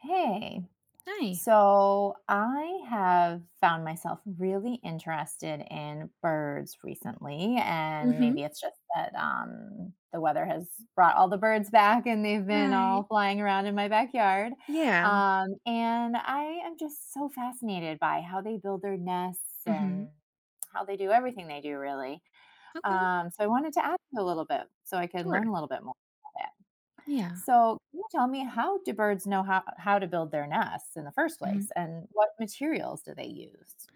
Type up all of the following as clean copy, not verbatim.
Hey, Hi. so I have found myself really interested in birds recently, and Mhm. maybe it's just that the weather has brought all the birds back and they've been all Right. flying around in my backyard. Yeah. And I am just so fascinated by how they build their nests and Mhm. how they do everything they do, really. Okay. So I wanted to ask you a little bit so I can learn Sure. a little bit more about it. Yeah. So, can you tell me how do birds know how to build their nests in the first place Mhm. and what materials do they use?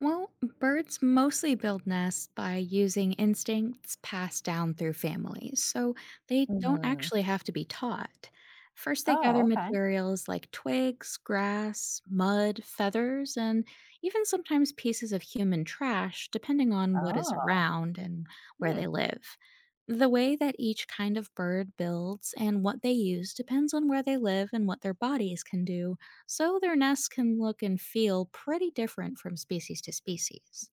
Well, birds mostly build nests by using instincts passed down through families, so they don't Mm. actually have to be taught. First, they Oh, gather okay. materials like twigs, grass, mud, feathers, and even sometimes pieces of human trash, depending on what is Oh, around and where hmm. they live. The way that each kind of bird builds and what they use depends on where they live and what their bodies can do so their nests can look and feel pretty different from species to species.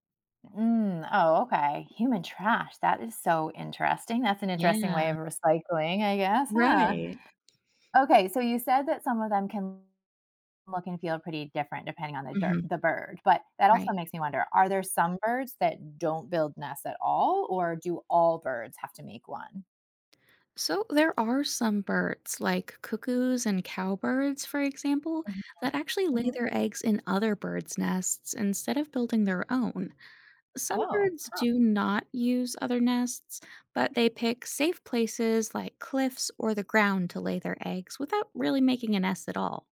Mm. Oh, okay. Human trash. That is so interesting. That's an interesting Yeah, way of recycling, I guess, huh? right. Okay, so you said that some of them can look and feel pretty different depending on Hmm. the bird, but that also Right. makes me wonder, are there some birds that don't build nests at all, or do all birds have to make one? So there are some birds, like cuckoos and cowbirds, for example, Mhm. that actually lay Mhm. their eggs in other birds' nests instead of building their own. Some Oh, birds huh. do not use other nests, but they pick safe places like cliffs or the ground to lay their eggs without really making a nest at all.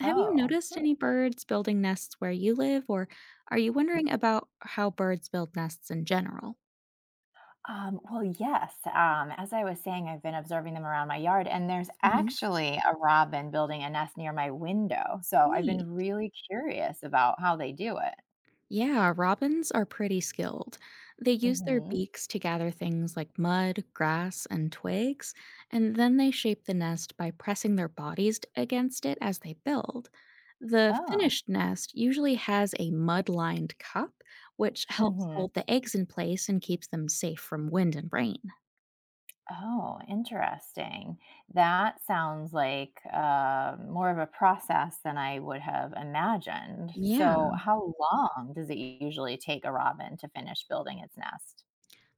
Have you Oh. noticed Hmm. any birds building nests where you live, or are you wondering about how birds build nests in general? Well, yes. As I was saying, I've been observing them around my yard, and there's Hmm. actually a robin building a nest near my window. So I've Neat. been really curious about how they do it. Yeah, robins are pretty skilled. They use their Hmm beaks to gather things like mud, grass, and twigs, and then they shape the nest by pressing their bodies against it as they build. The Oh. finished nest usually has a mud lined cup, which helps hmm hold the eggs in place and keeps them safe from wind and rain. Oh, interesting. That sounds like more of a process than I would have imagined. Yeah. So, how long does it usually take a robin to finish building its nest?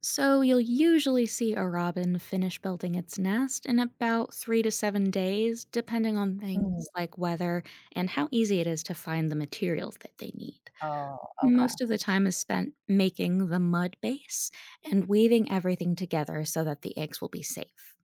So you'll usually see a robin finish building its nest in about 3 to 7 days, depending on Mhm. things like weather and how easy it is to find the materials that they need. Oh, okay. Most of the time is spent making the mud base and weaving everything together so that the eggs will be safe.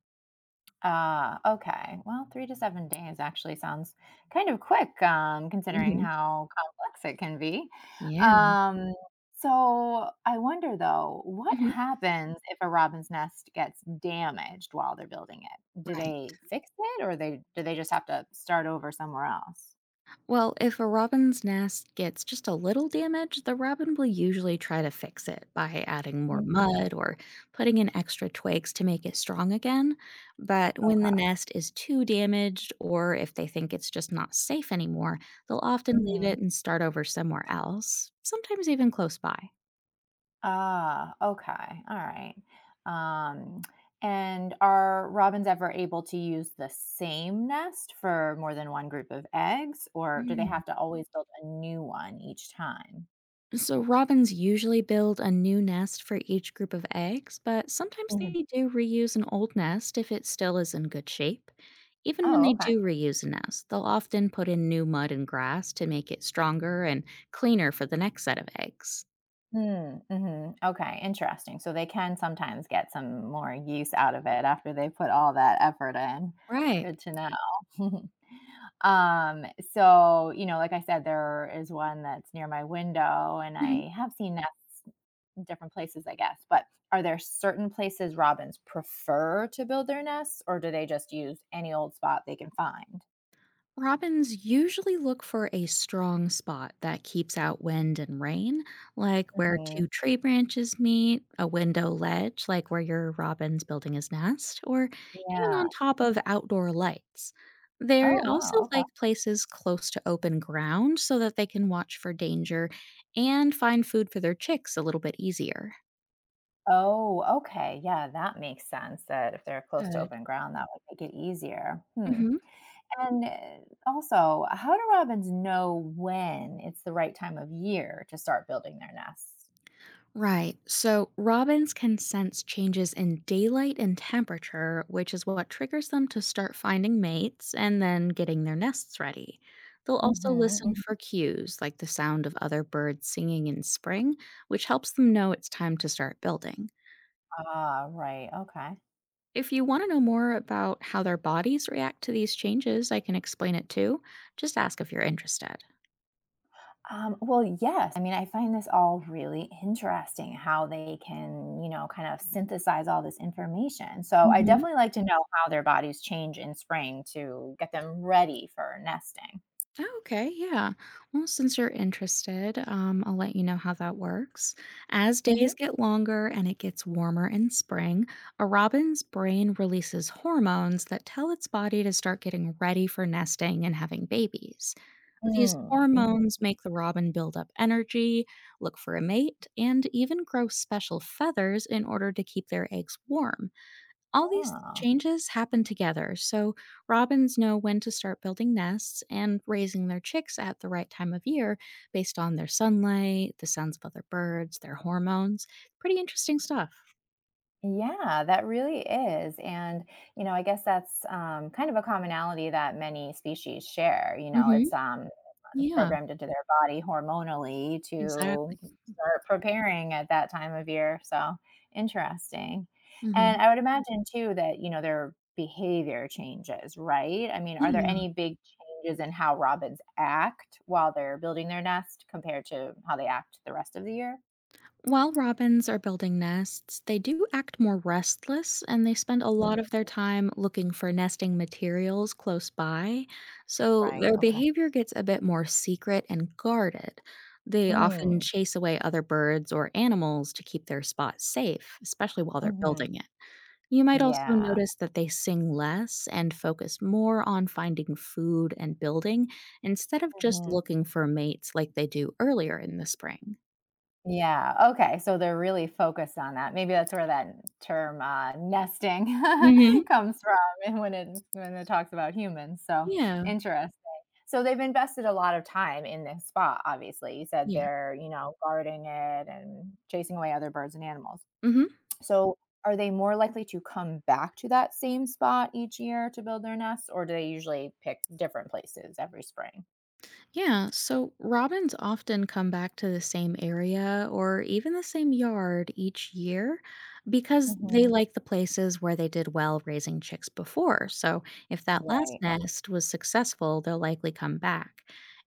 Ah, okay. Well, 3 to 7 days actually sounds kind of quick, considering Hmm. how complex it can be. Yeah. Um, so I wonder though, what Hmm. happens if a robin's nest gets damaged while they're building it? Do Right. they fix it or they just have to start over somewhere else? Well, if a robin's nest gets just a little damage, the robin will usually try to fix it by adding more Mhm. mud or putting in extra twigs to make it strong again. But when the Okay. nest is too damaged, or if they think it's just not safe anymore, they'll often leave Mhm. it and start over somewhere else, sometimes even close by. Ah, okay. All right. Um, and are robins ever able to use the same nest for more than one group of eggs, or do they Mm. have to always build a new one each time? So, robins usually build a new nest for each group of eggs, but sometimes Mhm. they do reuse an old nest if it still is in good shape. Even when Oh, they okay. do reuse a nest, they'll often put in new mud and grass to make it stronger and cleaner for the next set of eggs. Hmm. Mm-hmm. Okay, interesting. So they can sometimes get some more use out of it after they put all that effort in. Right. Good to know. um, so, you know, like I said, there is one that's near my window, and I have seen nests different places, I guess. But are there certain places robins prefer to build their nests, or do they just use any old spot they can find? Robins usually look for a strong spot that keeps out wind and rain, like where Hmm two tree branches meet, a window ledge, like where your robin's building his nest, or even Yeah. on top of outdoor lights. They Oh, also wow. Okay. like places close to open ground so that they can watch for danger and find food for their chicks a little bit easier. Oh, okay. Yeah, that makes sense that if they're close to Good. open ground, that would make it easier. Hmm. Hmm. And also, how do robins know when it's the right time of year to start building their nests? Right. So robins can sense changes in daylight and temperature, which is what triggers them to start finding mates and then getting their nests ready. They'll also Hmm listen for cues like the sound of other birds singing in spring, which helps them know it's time to start building. Ah, right. Okay. If you want to know more about how their bodies react to these changes, I can explain it too. Just ask if you're interested. Well, yes. I mean, I find this all really interesting how they can, you know, kind of synthesize all this information. So I Mhm. definitely like to know how their bodies change in spring to get them ready for nesting. Oh, okay. Yeah. Well, since you're interested, I'll let you know how that works. As Hmm days get longer and it gets warmer in spring, a robin's brain releases hormones that tell its body to start getting ready for nesting and having babies. These Mm, mhm. hormones make the robin build up energy, look for a mate, and even grow special feathers in order to keep their eggs warm. All these Ah. changes happen together, so robins know when to start building nests and raising their chicks at the right time of year based on their sunlight, the sounds of other birds, their hormones. Pretty interesting stuff. Yeah, that really is. And, you know, I guess that's kind of a commonality that many species share. You know, Hmm. it's Yeah, programmed into their body hormonally exactly. to start preparing at that time of year, so interesting. Hmm. And I would imagine too that, you know, their behavior changes, right? I mean, are there Yeah. any big changes in how robins act while they're building their nest compared to how they act the rest of the year? While robins are building nests, they do act more restless and they spend a Mm. lot of their time looking for nesting materials close by. So Right. their Okay. behavior gets a bit more secret and guarded. They often Mm. chase away other birds or animals to keep their spot safe, especially while they're Mhm. building it. You might also Yeah. notice that they sing less and focus more on finding food and building instead of just Mhm. looking for mates like they do earlier in the spring. Yeah, okay, so they're really focused on that. Maybe that's where that term, nesting Hmm. comes from and when it talks about humans, so Yeah. interesting. So they've invested a lot of time in this spot, obviously. You said Yeah. they're, you know, guarding it and chasing away other birds and animals. Hmm. So are they more likely to come back to that same spot each year to build their nests, or do they usually pick different places every spring? Yeah. So robins often come back to the same area or even the same yard each year because they Mhm. like the places where they did well raising chicks before. So if that last Right, okay. nest was successful, they'll likely come back.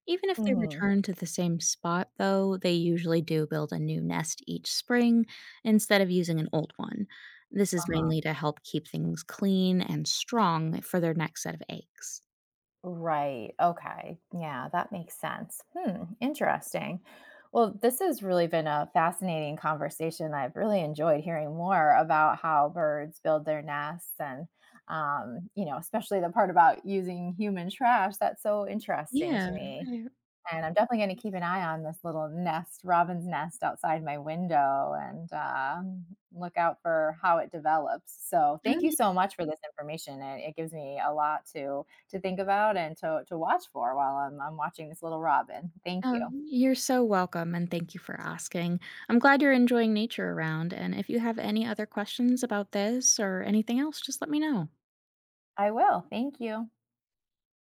Even if they Mhm, return to the same spot, though, they usually do build a new nest each spring instead of using an old one. This is uh-huh. mainly to help keep things clean and strong for their next set of eggs. Right. Okay. Yeah, that makes sense. Hmm. Interesting. Well, this has really been a fascinating conversation. I've really enjoyed hearing more about how birds build their nests and, you know, especially the part about using human trash. That's so interesting to Yeah, me. right. And I'm definitely gonna keep an eye on this robin's nest outside my window and look out for how it develops. So thank you so much for this information. It gives me a lot to think about and to watch for while I'm watching this little robin. Thank Oh, you. you're so welcome, and thank you for asking. I'm glad you're enjoying nature around. And if you have any other questions about this or anything else, just let me know. I will. Thank you.